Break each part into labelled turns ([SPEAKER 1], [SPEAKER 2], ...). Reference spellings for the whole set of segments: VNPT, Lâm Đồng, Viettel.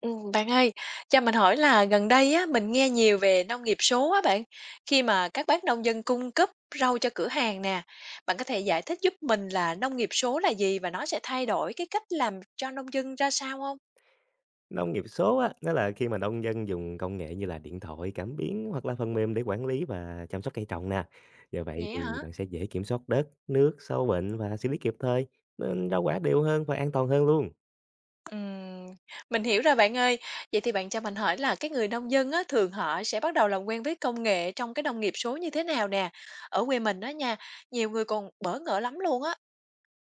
[SPEAKER 1] Bạn ơi, cho mình hỏi là gần đây á, mình nghe nhiều về nông nghiệp số á bạn, khi mà các bác nông dân cung cấp rau cho cửa hàng nè, bạn có thể giải thích giúp mình là nông nghiệp số là gì và nó sẽ thay đổi cái cách làm cho nông dân ra sao không?
[SPEAKER 2] Nông nghiệp số á, nó là khi mà nông dân dùng công nghệ như là điện thoại, cảm biến hoặc là phần mềm để quản lý và chăm sóc cây trồng nè. Nhờ vậy
[SPEAKER 1] Vậy
[SPEAKER 2] thì
[SPEAKER 1] hả?
[SPEAKER 2] bạn sẽ dễ kiểm soát đất, nước, sâu bệnh và xử lý kịp thời, nên rau quả đều hơn và an toàn hơn luôn.
[SPEAKER 1] Ừm, mình hiểu rồi bạn ơi. Vậy thì bạn cho mình hỏi là cái người nông dân á, thường họ sẽ bắt đầu làm quen với công nghệ trong cái nông nghiệp số như thế nào nè? Ở quê mình đó nha, nhiều người còn bỡ ngỡ lắm luôn á.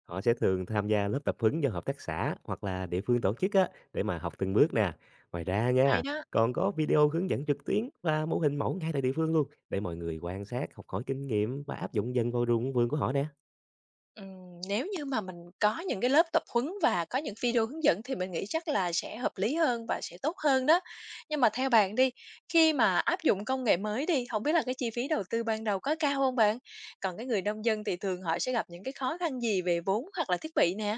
[SPEAKER 2] Họ sẽ thường tham gia lớp tập huấn do hợp tác xã hoặc là địa phương tổ chức á, để mà học từng bước nè. Ngoài ra
[SPEAKER 1] Hay
[SPEAKER 2] nha,
[SPEAKER 1] đó.
[SPEAKER 2] còn có video hướng dẫn trực tuyến và mô hình mẫu ngay tại địa phương luôn, để mọi người quan sát, học hỏi kinh nghiệm và áp dụng dần vào ruộng vườn của họ nè.
[SPEAKER 1] Nếu như mà mình có những cái lớp tập huấn và có những video hướng dẫn thì mình nghĩ chắc là sẽ hợp lý hơn và sẽ tốt hơn đó. Nhưng mà theo bạn đi, khi mà áp dụng công nghệ mới đi, không biết là cái chi phí đầu tư ban đầu có cao không bạn? Còn cái người nông dân thì thường họ sẽ gặp những cái khó khăn gì về vốn hoặc là thiết bị nè?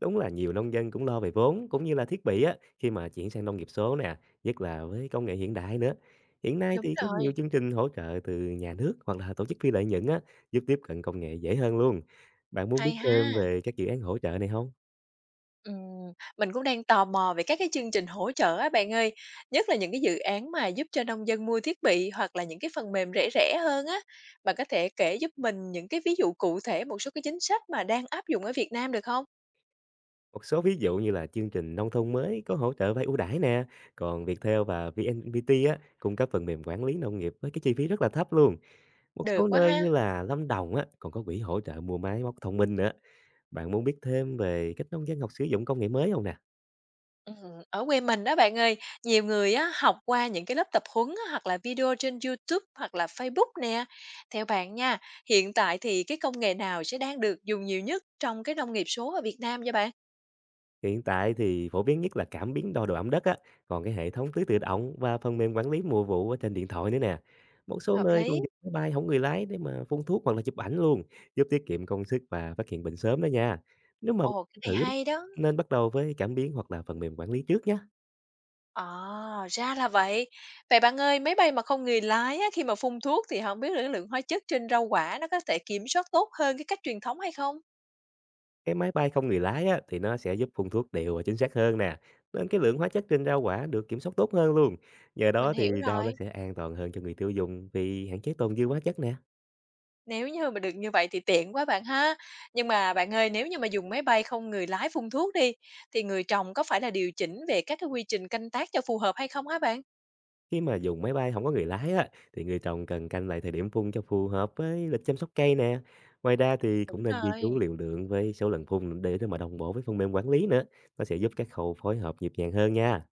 [SPEAKER 2] Đúng là nhiều nông dân cũng lo về vốn cũng như là thiết bị á, khi mà chuyển sang nông nghiệp số nè, nhất là với công nghệ hiện đại nữa. Hiện nay
[SPEAKER 1] Đúng
[SPEAKER 2] thì có nhiều
[SPEAKER 1] rồi,
[SPEAKER 2] chương trình hỗ trợ từ nhà nước hoặc là tổ chức phi lợi nhuận á, giúp tiếp cận công nghệ dễ hơn luôn. Bạn muốn biết
[SPEAKER 1] hay
[SPEAKER 2] thêm
[SPEAKER 1] ha!
[SPEAKER 2] về các dự án hỗ trợ này không?
[SPEAKER 1] Mình cũng đang tò mò về các cái chương trình hỗ trợ á bạn ơi, nhất là những cái dự án mà giúp cho nông dân mua thiết bị hoặc là những cái phần mềm rẻ rẻ hơn á. Bạn có thể kể giúp mình những cái ví dụ cụ thể một số cái chính sách mà đang áp dụng ở Việt Nam được không?
[SPEAKER 2] Một số ví dụ như là chương trình nông thôn mới có hỗ trợ vay ưu đãi nè, còn Viettel và VNPT á cung cấp phần mềm quản lý nông nghiệp với cái chi phí rất là thấp luôn. Một số
[SPEAKER 1] Được quá
[SPEAKER 2] nơi
[SPEAKER 1] ha.
[SPEAKER 2] như là Lâm Đồng á, còn có quỹ hỗ trợ mua máy móc thông minh nữa. Bạn muốn biết thêm về cách nông dân học sử dụng công nghệ mới không nè?
[SPEAKER 1] Ừm, ở quê mình đó bạn ơi, nhiều người á học qua những cái lớp tập huấn á, hoặc là video trên YouTube hoặc là Facebook nè. Theo bạn nha, hiện tại thì cái công nghệ nào sẽ đang được dùng nhiều nhất trong cái nông nghiệp số ở Việt Nam vậy bạn?
[SPEAKER 2] Hiện tại thì phổ biến nhất là cảm biến đo độ ẩm đất á, còn cái hệ thống tưới tự động và phần mềm quản lý mùa vụ ở trên điện thoại nữa nè. Một số
[SPEAKER 1] Hợp
[SPEAKER 2] nơi còn
[SPEAKER 1] lý.
[SPEAKER 2] dùng máy bay không người lái để mà phun thuốc hoặc là chụp ảnh luôn, giúp tiết kiệm công sức và phát hiện bệnh sớm đó nha. Nếu mà bạn
[SPEAKER 1] Ồ,
[SPEAKER 2] muốn
[SPEAKER 1] cái này
[SPEAKER 2] thử,
[SPEAKER 1] hay đó.
[SPEAKER 2] nên bắt đầu với cảm biến hoặc là phần mềm quản lý trước nhé.
[SPEAKER 1] À, ra là vậy. Vậy bạn ơi, máy bay mà không người lái á, khi mà phun thuốc thì không biết là cái lượng hóa chất trên rau quả nó có thể kiểm soát tốt hơn cái cách truyền thống hay không?
[SPEAKER 2] Cái máy bay không người lái á, thì nó sẽ giúp phun thuốc đều và chính xác hơn nè, nên cái lượng hóa chất trên rau quả được kiểm soát tốt hơn luôn. Nhờ
[SPEAKER 1] Mình
[SPEAKER 2] đó
[SPEAKER 1] hiểu
[SPEAKER 2] thì rau nó
[SPEAKER 1] rồi.
[SPEAKER 2] sẽ an toàn hơn cho người tiêu dùng, vì hạn chế tồn dư hóa chất nè.
[SPEAKER 1] Nếu như mà được như vậy thì tiện quá bạn ha. Nhưng mà bạn ơi, nếu như mà dùng máy bay không người lái phun thuốc đi, thì người trồng có phải là điều chỉnh về các cái quy trình canh tác cho phù hợp hay không hả bạn?
[SPEAKER 2] Khi mà dùng máy bay không có người lái á, thì người trồng cần canh lại thời điểm phun cho phù hợp với lịch chăm sóc cây nè. Ngoài ra thì cũng
[SPEAKER 1] Đúng
[SPEAKER 2] nên ghi
[SPEAKER 1] rồi.
[SPEAKER 2] chú liều lượng với số lần phun để mà đồng bộ với phần mềm quản lý nữa. Nó sẽ giúp các khâu phối hợp nhịp nhàng hơn nha.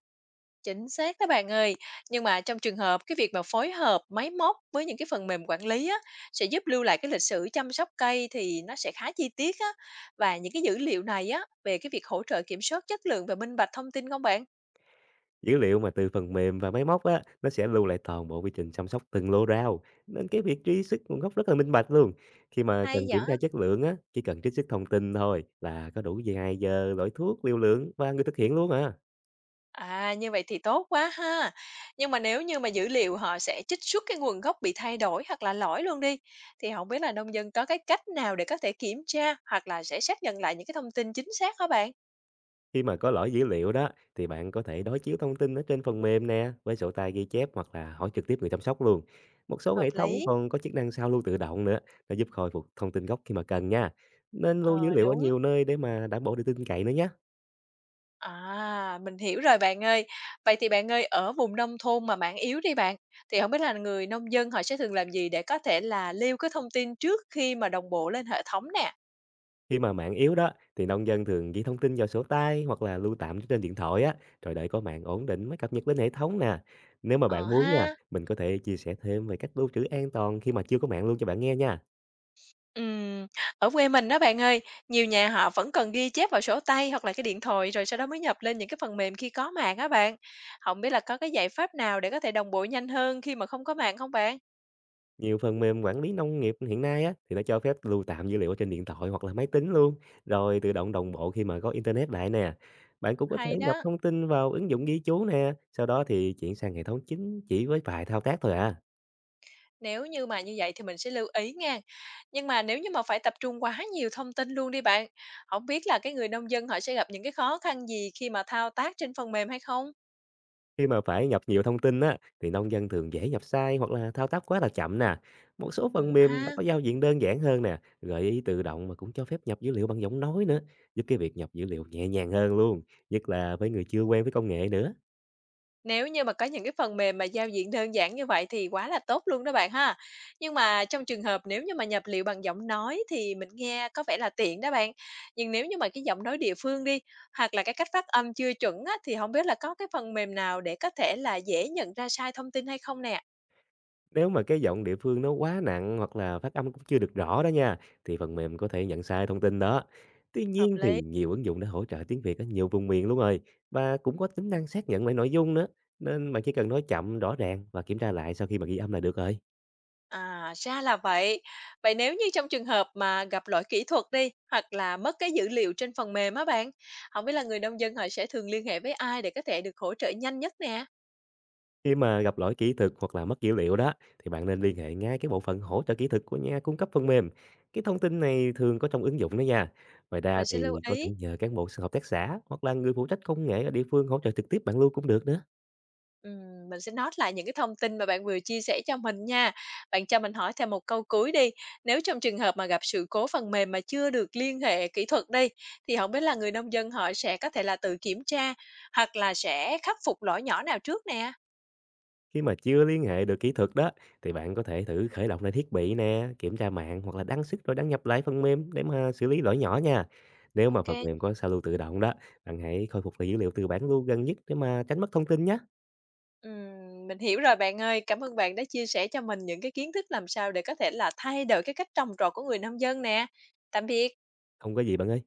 [SPEAKER 1] Chính xác đó bạn ơi. Nhưng mà trong trường hợp cái việc mà phối hợp máy móc với những cái phần mềm quản lý á, sẽ giúp lưu lại cái lịch sử chăm sóc cây thì nó sẽ khá chi tiết á. Và những cái dữ liệu này á, về cái việc hỗ trợ kiểm soát chất lượng và minh bạch thông tin không bạn?
[SPEAKER 2] Dữ liệu mà từ phần mềm và máy móc á, nó sẽ lưu lại toàn bộ quy trình chăm sóc từng lô rau, nên cái việc truy xuất nguồn gốc rất là minh bạch luôn. Khi mà
[SPEAKER 1] Hay
[SPEAKER 2] cần kiểm tra
[SPEAKER 1] vậy?
[SPEAKER 2] chất lượng á, chỉ cần trích xuất thông tin thôi là có đủ dài giờ, loại thuốc, liều lượng và người thực hiện luôn à.
[SPEAKER 1] À, như vậy thì tốt quá ha. Nhưng mà nếu như mà dữ liệu họ sẽ trích xuất cái nguồn gốc bị thay đổi hoặc là lỗi luôn đi, thì không biết là nông dân có cái cách nào để có thể kiểm tra hoặc là sẽ xác nhận lại những cái thông tin chính xác hả bạn?
[SPEAKER 2] Khi mà có lỗi dữ liệu đó, thì bạn có thể đối chiếu thông tin ở trên phần mềm nè, với sổ tay ghi chép hoặc là hỏi trực tiếp người chăm sóc luôn. Một số
[SPEAKER 1] Hợp
[SPEAKER 2] hệ thống
[SPEAKER 1] lý.
[SPEAKER 2] còn có chức năng sao lưu tự động nữa, nó giúp khôi phục thông tin gốc khi mà cần nha. Nên lưu dữ
[SPEAKER 1] Ờ,
[SPEAKER 2] liệu ở
[SPEAKER 1] đúng.
[SPEAKER 2] nhiều nơi để mà đảm bảo độ tin cậy nữa nhé.
[SPEAKER 1] À, mình hiểu rồi bạn ơi. Vậy thì bạn ơi, ở vùng nông thôn mà mạng yếu đi bạn, thì không biết là người nông dân họ sẽ thường làm gì để có thể là lưu cái thông tin trước khi mà đồng bộ lên hệ thống nè?
[SPEAKER 2] Khi mà mạng yếu đó, thì nông dân thường ghi thông tin vào sổ tay hoặc là lưu tạm trên điện thoại á, rồi đợi có mạng ổn định mới cập nhật lên hệ thống nè. Nếu mà
[SPEAKER 1] Ờ
[SPEAKER 2] bạn muốn nha,
[SPEAKER 1] ha.
[SPEAKER 2] mình có thể chia sẻ thêm về cách lưu trữ an toàn khi mà chưa có mạng luôn cho bạn nghe nha.
[SPEAKER 1] Ừm, ở quê mình đó bạn ơi, nhiều nhà họ vẫn cần ghi chép vào sổ tay hoặc là cái điện thoại rồi sau đó mới nhập lên những cái phần mềm khi có mạng á bạn. Không biết là có cái giải pháp nào để có thể đồng bộ nhanh hơn khi mà không có mạng không bạn?
[SPEAKER 2] Nhiều phần mềm quản lý nông nghiệp hiện nay á, thì nó cho phép lưu tạm dữ liệu ở trên điện thoại hoặc là máy tính luôn, rồi tự động đồng bộ khi mà có internet lại nè. Bạn cũng có thể
[SPEAKER 1] Hay
[SPEAKER 2] nhập
[SPEAKER 1] đó.
[SPEAKER 2] thông tin vào ứng dụng ghi chú nè, sau đó thì chuyển sang hệ thống chính chỉ với vài thao tác thôi à.
[SPEAKER 1] Nếu như mà như vậy thì mình sẽ lưu ý nghe. Nhưng mà nếu như mà phải tập trung quá nhiều thông tin luôn đi bạn, không biết là cái người nông dân họ sẽ gặp những cái khó khăn gì khi mà thao tác trên phần mềm hay không?
[SPEAKER 2] Khi mà phải nhập nhiều thông tin á, thì nông dân thường dễ nhập sai hoặc là thao tác quá là chậm nè. Một số phần mềm đã
[SPEAKER 1] Ha.
[SPEAKER 2] có giao diện đơn giản hơn nè, gợi ý tự động mà cũng cho phép nhập dữ liệu bằng giọng nói nữa, giúp cái việc nhập dữ liệu nhẹ nhàng hơn luôn, nhất là với người chưa quen với công nghệ nữa.
[SPEAKER 1] Nếu như mà có những cái phần mềm mà giao diện đơn giản như vậy thì quá là tốt luôn đó bạn ha. Nhưng mà trong trường hợp nếu như mà nhập liệu bằng giọng nói thì mình nghe có vẻ là tiện đó bạn. Nhưng nếu như mà cái giọng nói địa phương đi, hoặc là cái cách phát âm chưa chuẩn á, thì không biết là có cái phần mềm nào để có thể là dễ nhận ra sai thông tin hay không nè?
[SPEAKER 2] Nếu mà cái giọng địa phương nó quá nặng hoặc là phát âm cũng chưa được rõ đó nha, thì phần mềm có thể nhận sai thông tin đó. Tuy
[SPEAKER 1] Hợp
[SPEAKER 2] nhiên thì
[SPEAKER 1] lý.
[SPEAKER 2] nhiều ứng dụng đã hỗ trợ tiếng Việt ở nhiều vùng miền luôn rồi, và cũng có tính năng xác nhận lại nội dung nữa. Nên bạn chỉ cần nói chậm, rõ ràng và kiểm tra lại sau khi mà ghi âm là được rồi.
[SPEAKER 1] À, ra là vậy. Vậy nếu như trong trường hợp mà gặp lỗi kỹ thuật đi, hoặc là mất cái dữ liệu trên phần mềm á bạn, không biết là người nông dân họ sẽ thường liên hệ với ai để có thể được hỗ trợ nhanh nhất nè?
[SPEAKER 2] Khi mà gặp lỗi kỹ thuật hoặc là mất dữ liệu đó, thì bạn nên liên hệ ngay cái bộ phận hỗ trợ kỹ thuật của nhà cung cấp phần mềm. Cái thông tin này thường có trong ứng dụng đó nha. Ngoài ra
[SPEAKER 1] Mình sẽ lưu
[SPEAKER 2] thì có thể
[SPEAKER 1] ý,
[SPEAKER 2] nhờ cán bộ hợp tác xã hoặc là người phụ trách công nghệ ở địa phương hỗ trợ trực tiếp bạn luôn cũng được nữa.
[SPEAKER 1] mình sẽ note lại những cái thông tin mà bạn vừa chia sẻ cho mình nha. Bạn cho mình hỏi thêm một câu cuối đi, nếu trong trường hợp mà gặp sự cố phần mềm mà chưa được liên hệ kỹ thuật đi, thì không biết là người nông dân họ sẽ có thể là tự kiểm tra, hoặc là sẽ khắc phục lỗi nhỏ nào trước nè?
[SPEAKER 2] Khi mà chưa liên hệ được kỹ thuật đó, thì bạn có thể thử khởi động lại thiết bị nè, kiểm tra mạng hoặc là đăng sức rồi đăng nhập lại phần mềm để mà xử lý lỗi nhỏ nha. Nếu mà phần
[SPEAKER 1] OK.
[SPEAKER 2] mềm có sao lưu tự động đó, bạn hãy khôi phục lại dữ liệu từ bản lưu gần nhất để mà tránh mất thông tin nhé.
[SPEAKER 1] Mình hiểu rồi bạn ơi. Cảm ơn bạn đã chia sẻ cho mình những cái kiến thức làm sao để có thể là thay đổi cái cách trồng trọt của người nông dân nè. Tạm biệt.
[SPEAKER 2] Không có gì bạn ơi.